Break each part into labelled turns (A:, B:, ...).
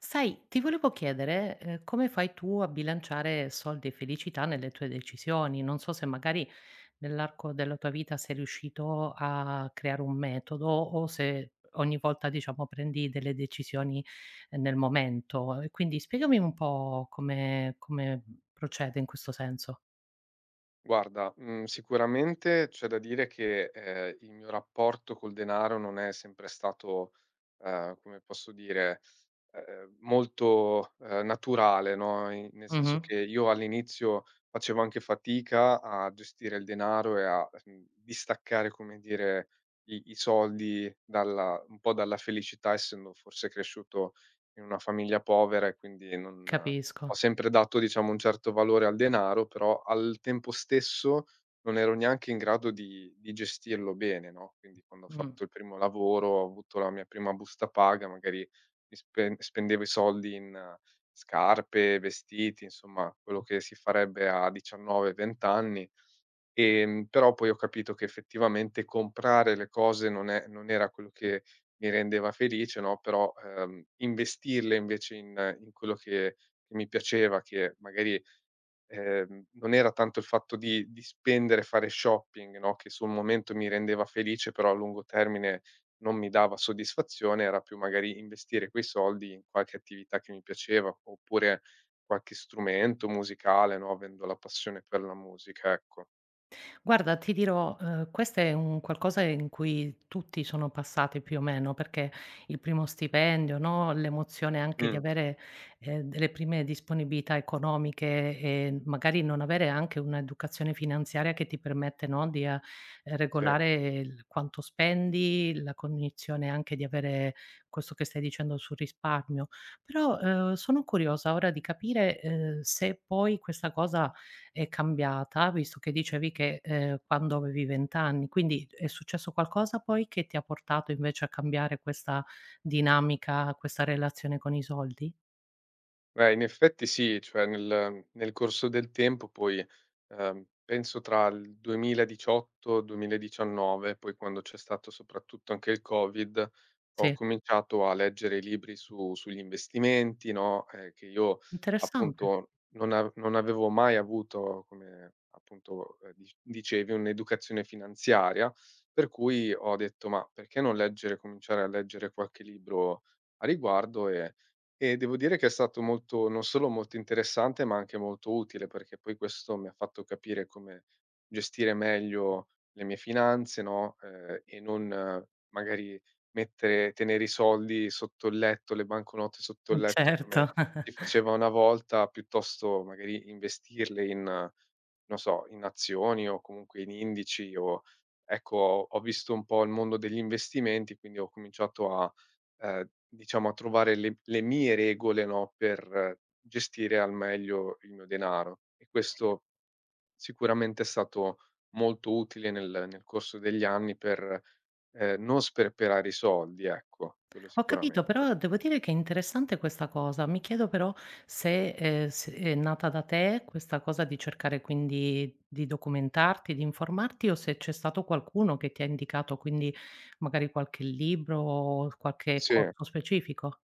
A: Sai, ti volevo chiedere, come fai tu a bilanciare soldi e felicità nelle tue decisioni? Non so se magari nell'arco della tua vita sei riuscito a creare un metodo o se ogni volta, diciamo, prendi delle decisioni, nel momento. E quindi spiegami un po' come procede in questo senso.
B: Guarda, sicuramente c'è da dire che, il mio rapporto col denaro non è sempre stato, come posso dire, molto, naturale, no, i nel senso
A: Mh-mh.
B: che io all'inizio facevo anche fatica a gestire il denaro e a, distaccare, come dire, i soldi dalla un po' dalla felicità, essendo forse cresciuto in una famiglia povera e quindi non ho
A: Capisco.
B: sempre dato, diciamo, un certo valore al denaro, però al tempo stesso non ero neanche in grado di gestirlo bene, no, quindi quando ho
A: Mh.
B: fatto il primo lavoro, ho avuto la mia prima busta paga, magari mi spen spendevo i soldi in scarpe, vestiti, insomma quello che si farebbe a 19, 20 anni. Però poi ho capito che effettivamente comprare le cose non era quello che mi rendeva felice, no, però, investirle invece in quello che mi piaceva, che magari, non era tanto il fatto di spendere, fare shopping, no, che sul momento mi rendeva felice, però a lungo termine non mi dava soddisfazione, era più magari investire quei soldi in qualche attività che mi piaceva, oppure qualche strumento musicale, no, avendo la passione per la musica, ecco.
A: Guarda, ti dirò, questo è un qualcosa in cui tutti sono passati più o meno, perché il primo stipendio, no, l'emozione anche di
B: Mh.
A: avere, delle prime disponibilità economiche e magari non avere anche un'educazione finanziaria che ti permette, no, di a
B: Sì,
A: regolare il quanto spendi, la cognizione anche di avere questo che stai dicendo sul risparmio. Però, sono curiosa ora di capire, se poi questa cosa è cambiata, visto che dicevi che, quando avevi 20 anni, quindi è successo qualcosa poi che ti ha portato invece a cambiare questa dinamica, questa relazione con i soldi?
B: beh, in effetti sì, cioè nel corso del tempo poi, penso tra il 2018, 2019, poi quando c'è stato soprattutto anche il Covid, ho
A: Sì,
B: cominciato a leggere i libri su sugli investimenti, no, che io
A: interessante.
B: appunto non avevo mai avuto, come appunto, dicevi, un'educazione finanziaria, per cui ho detto: "Ma perché non leggere cominciare a leggere qualche libro a riguardo e". E devo dire che è stato molto non solo molto interessante, ma anche molto utile, perché poi questo mi ha fatto capire come gestire meglio le mie finanze, no, e non magari mettere tenere i soldi sotto il letto, le banconote sotto il letto come
A: Certo.
B: si faceva una volta, piuttosto magari investirle in non so, in azioni o comunque in indici o ecco, ho visto un po' il mondo degli investimenti, quindi ho cominciato a, diciamo a trovare le mie regole, no, per gestire al meglio il mio denaro e questo sicuramente è stato molto utile nel corso degli anni per, non sperperare i soldi, ecco, quello
A: Ho capito,
B: sicuramente.
A: però devo dire che è interessante questa cosa. Mi chiedo però se, se è nata da te questa cosa di cercare quindi di documentarti, di informarti o se c'è stato qualcuno che ti ha indicato, quindi magari qualche libro o qualche
B: Sì.
A: corso specifico?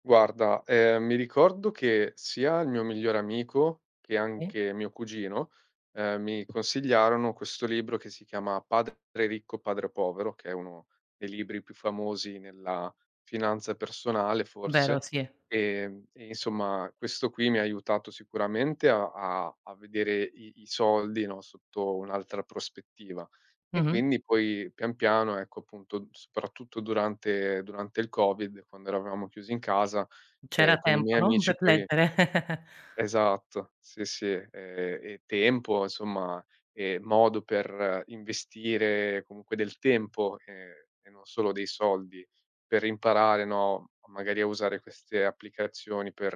B: Guarda, mi ricordo che sia il mio migliore amico che
A: Sì,
B: anche mio cugino, mi consigliarono questo libro che si chiama Padre ricco, padre povero, che è uno dei libri più famosi nella finanza personale
A: vero,
B: forse,
A: sì.
B: e insomma questo qui mi ha aiutato sicuramente a a vedere i soldi, no, sotto un'altra prospettiva. E
A: Mh-mh.
B: quindi poi pian piano, ecco, appunto, soprattutto durante il Covid, quando eravamo chiusi in casa,
A: C'era
B: con i
A: tempo,
B: miei
A: no,
B: amici
A: per
B: poi
A: leggere.
B: esatto, sì, sì, e tempo insomma, e modo per investire comunque del tempo, e non solo dei soldi, per imparare, no, magari a usare queste applicazioni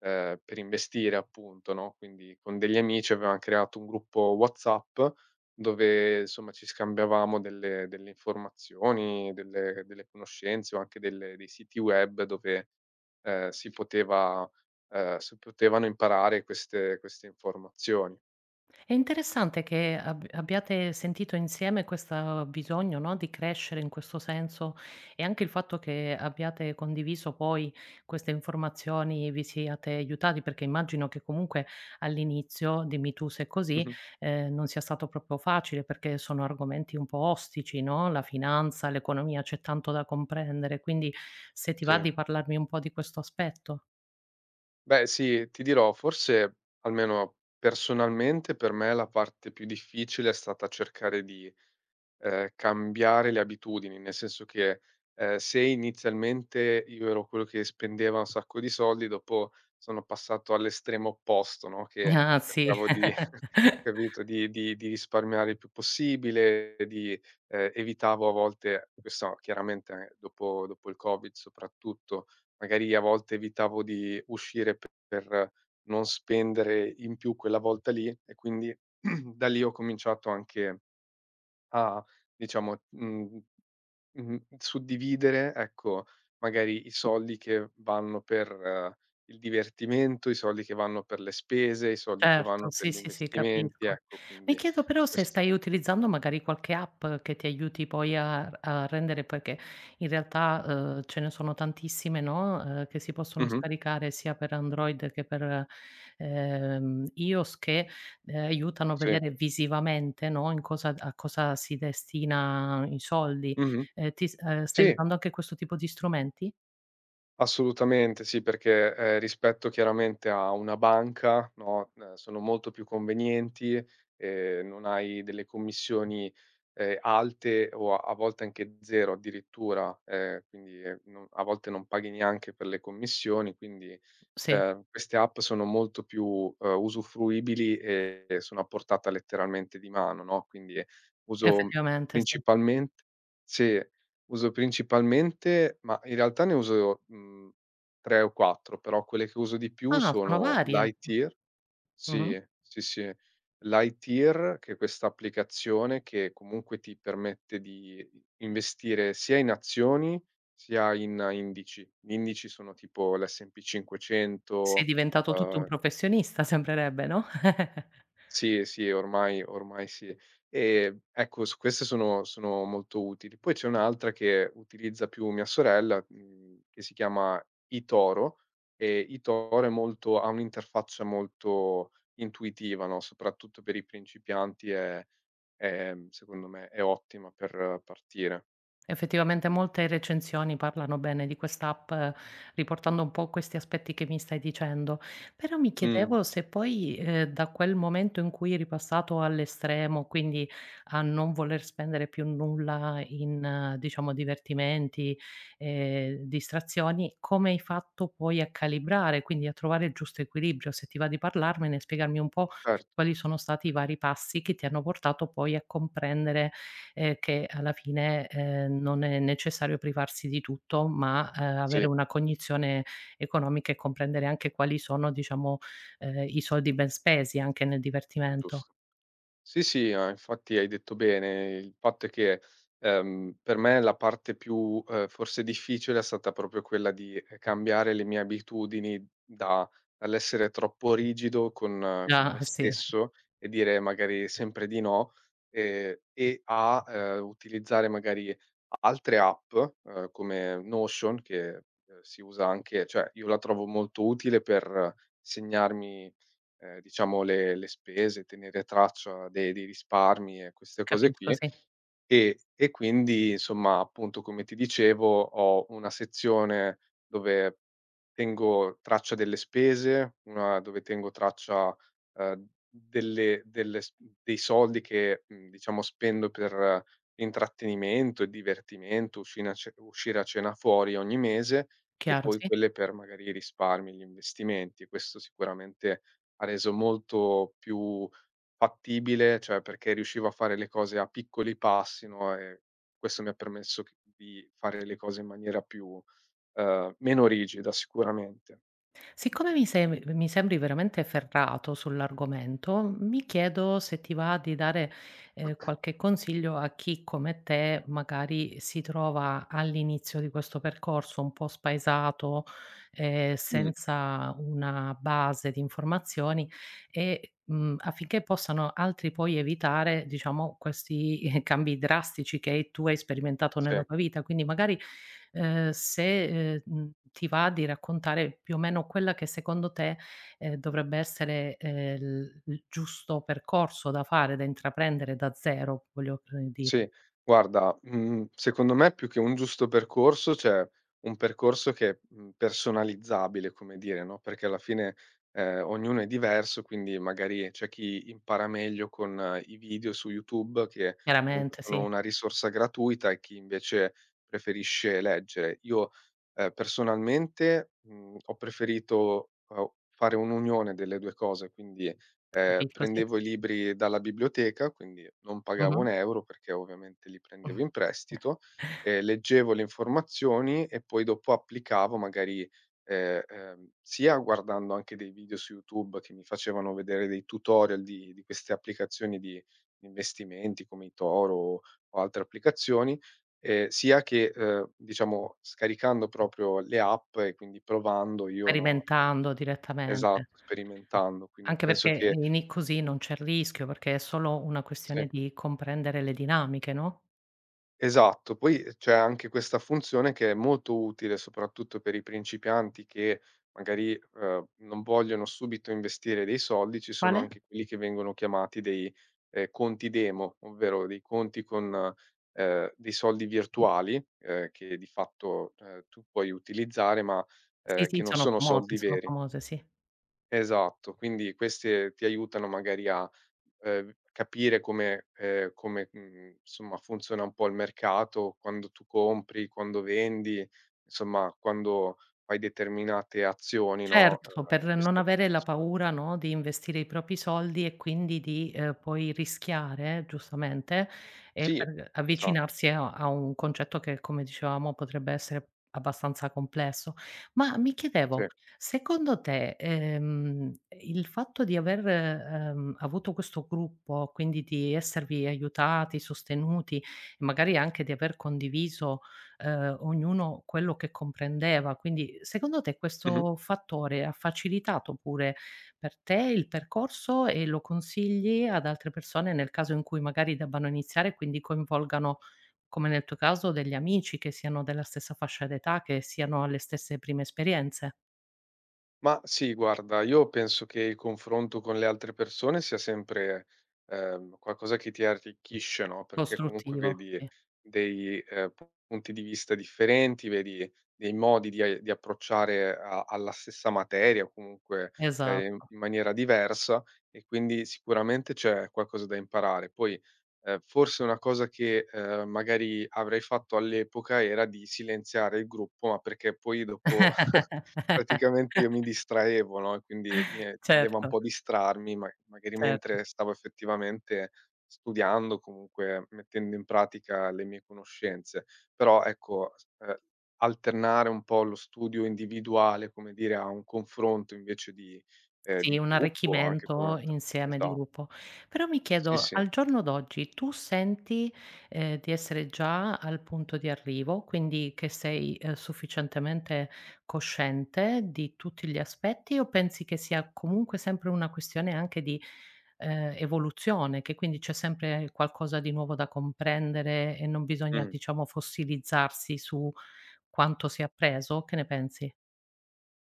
B: per investire appunto, no, quindi con degli amici avevam creato un gruppo WhatsApp dove insomma ci scambiavamo delle informazioni, delle conoscenze o anche delle dei siti web dove, si poteva se potevano imparare queste informazioni.
A: È interessante che ab abbiate sentito insieme questa bisogno, no, di crescere in questo senso e anche il fatto che abbiate condiviso poi queste informazioni, vi siate aiutati, perché immagino che comunque all'inizio, dimmi tu se è così,
B: Mh-mh.
A: non sia stato proprio facile perché sono argomenti un po' ostici, no, la finanza, l'economia, c'è tanto da comprendere. Quindi se ti va
B: Sì.
A: di parlarmi un po' di questo aspetto?
B: Beh sì, ti dirò, forse almeno personalmente per me la parte più difficile è stata cercare di, cambiare le abitudini, nel senso che, se inizialmente io ero quello che spendeva un sacco di soldi, dopo sono passato all'estremo opposto, no, che
A: Ah sì,
B: cercavo di capito? Di di risparmiare il più possibile, di evitavo a volte questo chiaramente dopo il Covid soprattutto, magari a volte evitavo di uscire per non spendere in più quella volta lì e quindi da lì ho cominciato anche a diciamo, mhmm, mh-mh. Suddividere, ecco, magari i soldi che vanno per il divertimento, i soldi che vanno per le spese, i soldi che
A: certo,
B: vanno per
A: sì,
B: gli
A: sì, sì,
B: investimenti,
A: capisco.
B: ecco,
A: Mi
B: quindi
A: chiedo però se
B: questo
A: stai utilizzando magari qualche app che ti aiuti poi a rendere perché in realtà, ce ne sono tantissime, no, che si possono
B: mh-mh.
A: scaricare sia per Android che per, iOS che, aiutano a
B: Sì.
A: vedere visivamente, no, in cosa a cosa si destina i soldi.
B: Mh-mh.
A: Ti s stai
B: Sì.
A: usando anche questo tipo di strumenti?
B: Assolutamente sì, perché, rispetto chiaramente a una banca, no, sono molto più convenienti e non hai delle commissioni, alte o a volte anche 0 addirittura, quindi, non a volte non paghi neanche per le commissioni, quindi,
A: Sì,
B: queste app sono molto più, usufruibili e sono a portata letteralmente di mano, no, quindi uso
A: effettivamente sì.
B: principalment sì. Uso principalmente ma in realtà ne uso, 3 o 4, però quelle che uso di più
A: Ah, sono
B: sono
A: varie. Mh.
B: Lightyear,
A: Mh-mh.
B: sì, sì, sì. Lightyear, che è questa applicazione che comunque ti permette di investire sia in azioni, sia in indici. Gli indici sono tipo l'S&P
A: Sei
B: 500,
A: diventato tutto un
B: uhm
A: professionista sembrerebbe, no?
B: sì, sì, ormai sì. Ecco, su queste sono molto utili. Poi c'è un'altra che utilizza più mia sorella, che si chiama eToro, e eToro è molto ha un'interfaccia molto intuitiva, no, soprattutto per i principianti è, secondo me, è ottima per partire.
A: Effettivamente molte recensioni parlano bene di quest'app, riportando un po' questi aspetti che mi stai dicendo. Però mi
B: Mh,
A: chiedevo se poi, da quel momento in cui eri passato all'estremo, quindi a non voler spendere più nulla in, diciamo, divertimenti, distrazioni, come hai fatto poi a calibrare, quindi a trovare il giusto equilibrio? Se ti va di parlarmene, spiegarmi un po'
B: certo,
A: quali sono stati i vari passi che ti hanno portato poi a comprendere che alla fine, non è necessario privarsi di tutto, ma, avere
B: sì,
A: una cognizione economica e comprendere anche quali sono, diciamo, i soldi ben spesi anche nel divertimento.
B: giusto. Sì, sì, ah, infatti hai detto bene. Il fatto è che, per me la parte più, forse difficile è stata proprio quella di, cambiare le mie abitudini da dall'essere troppo rigido con
A: Ah,
B: me
A: sì,
B: stesso e dire magari sempre di no, e a, utilizzare magari altre app, come Notion che, si usa anche cioè io la trovo molto utile per segnarmi diciamo le spese, tenere traccia de dei risparmi e queste cose
A: capisco,
B: qui.
A: sì.
B: E quindi, insomma, appunto, come ti dicevo, ho una sezione dove tengo traccia delle spese, una dove tengo traccia, delle s dei soldi che, diciamo spendo per intrattenimento e divertimento, uscina a ce uscire a cena fuori ogni mese, e
A: Chiaro,
B: poi
A: sì.
B: quelle per magari i risparmi, gli investimenti. Questo sicuramente ha reso molto più fattibile, cioè perché riuscivo a fare le cose a piccoli passi, no, e questo mi ha permesso c di fare le cose in maniera più meno rigida sicuramente.
A: Siccome mi sembri veramente ferrato sull'argomento, mi chiedo se ti va di dare, qualche consiglio a chi come te magari si trova all'inizio di questo percorso un po' spaesato,
B: Mh.
A: senza una base di informazioni e, affinché possano altri poi evitare, diciamo, questi cambi drastici che tu hai sperimentato
B: Sì,
A: nella tua vita. Quindi magari se, mhmm, ti va di raccontare più o meno quella che secondo te,
B: mh,
A: dovrebbe essere, l il giusto percorso da fare, da intraprendere da 0, voglio, dire.
B: sì. Guarda, secondo me più che un giusto percorso, c'è un percorso che è, personalizzabile, come dire, no, perché alla fine, ognuno è diverso, quindi magari c'è chi impara meglio con i video su YouTube, che comunque
A: Chiaramente
B: sono
A: sì,
B: una risorsa gratuita, e chi invece preferisce leggere. Io, personalmente, ho preferito, fare un'unione delle 2 cose, quindi
A: capisco, sì.
B: prendevo i libri dalla biblioteca, quindi non pagavo
A: Mh-mh.
B: 1 euro perché ovviamente li
A: Mh.
B: prendevo in prestito, leggevo le informazioni e poi dopo applicavo magari, sia guardando anche dei video su YouTube che mi facevano vedere dei tutorial di queste applicazioni di investimenti come eToro o altre applicazioni, sia che, diciamo scaricando proprio le app e quindi provando io, no
A: Sperimentando direttamente.
B: esatto, sperimentando. Quindi
A: Anche
B: penso
A: perché
B: che
A: ini così non c'è il rischio, perché è solo una
B: sì,
A: questione di comprendere le dinamiche, no?
B: esatto. Poi c'è anche questa funzione che è molto utile, soprattutto per i principianti che magari, non vogliono subito investire dei soldi, ci sono
A: Quale?
B: anche quelli che vengono chiamati dei, conti demo, ovvero dei conti con, dei soldi virtuali, che di fatto, tu puoi utilizzare ma,
A: Sì, sì,
B: che non sono soldi
A: sono
B: veri.
A: famose, sì.
B: Esatto, quindi queste ti aiutano magari a, capire come come, insomma funziona un po' il mercato, quando tu compri, quando vendi, insomma quando fai determinate azioni, no,
A: Certo, per
B: in
A: non
B: queste
A: avere la
B: applicazioni.
A: paura, no, di investire i propri soldi e quindi di, poi rischiare, giustamente, e
B: Sì,
A: per
B: esatto,
A: avvicinarsi a un concetto che, come dicevamo, potrebbe essere abbastanza complesso. Ma mi
B: sì.
A: chiedevo, secondo te, il fatto di aver, avuto questo gruppo, quindi di esservi aiutati, sostenuti e magari anche di aver condiviso ognuno quello che comprendeva. Quindi secondo te
B: Mh-mh.
A: questo fattore ha facilitato pure per te il percorso e lo consigli ad altre persone nel caso in cui magari debbano iniziare e quindi coinvolgano, come nel tuo caso, degli amici che siano della stessa fascia d'età, che siano alle stesse prime esperienze?
B: Ma sì, guarda, io penso che il confronto con le altre persone sia sempre, qualcosa che ti arricchisce, no, perché comunque
A: Costruttivo,
B: vedi
A: sì.
B: dei, punti di vista differenti, vedi dei modi di a di approcciare a alla stessa materia o comunque, in
A: Esatto.
B: maniera diversa e quindi sicuramente c'è qualcosa da imparare. Poi, forse una cosa che, magari avrei fatto all'epoca era di silenziare il gruppo, ma perché poi dopo praticamente io mi distraevo, no, e quindi mi tendeva un
A: Certo,
B: po' a distrarmi, ma magari
A: cer
B: mentre stavo effettivamente studiando, comunque mettendo in pratica le mie conoscenze. Però ecco, s alternare un po' lo studio individuale, come dire, a un confronto invece
A: sì,
B: di
A: un
B: gruppo anche con
A: arricchimento
B: un'altra
A: insieme di
B: esatto.
A: gruppo. Però mi
B: Sì,
A: chiedo,
B: sì.
A: al giorno d'oggi tu senti, di essere già al punto di arrivo, quindi che sei, sufficientemente cosciente di tutti gli aspetti o pensi che sia comunque sempre una questione anche di, evoluzione, che quindi c'è sempre qualcosa di nuovo da comprendere e non bisogna,
B: Mh.
A: diciamo, fossilizzarsi su quanto si è appreso? Che ne pensi?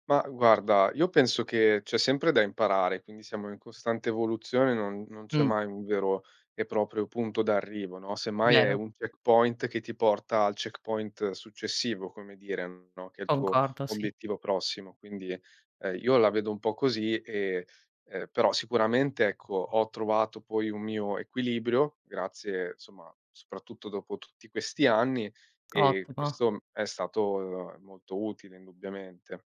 B: Ma guarda, io penso che c'è sempre da imparare, quindi siamo in costante evoluzione, non c'è
A: Mh,
B: mai un vero e proprio punto d'arrivo, no, semmai è
A: vero,
B: un checkpoint che ti porta al checkpoint successivo, come dire, no, che è il tuo
A: concordo, sì.
B: obiettivo prossimo. Quindi, io la vedo un po' così e, però sicuramente, ecco, ho trovato poi un mio equilibrio grazie, insomma, soprattutto dopo tutti questi anni e
A: Ottimo.
B: questo è stato molto utile indubbiamente.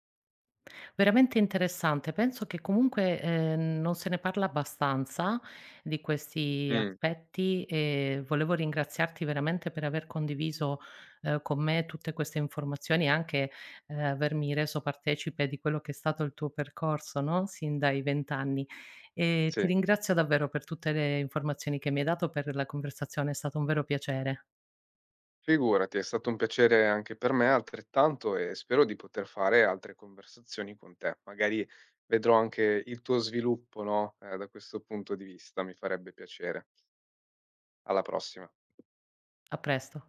A: Veramente interessante. Penso che comunque, non se ne parla abbastanza di questi
B: Mh.
A: aspetti e volevo ringraziarti veramente per aver condiviso, con me tutte queste informazioni e anche, avermi reso partecipe di quello che è stato il tuo percorso, no, sin dai 20 anni. E ti
B: Sì,
A: ringrazio davvero per tutte le informazioni che mi hai dato, per la conversazione, è stato un vero piacere.
B: figurati, è stato un piacere anche per me altrettanto e spero di poter fare altre conversazioni con te. Magari vedrò anche il tuo sviluppo, no, da questo punto di vista, mi farebbe piacere. Alla prossima.
A: A presto.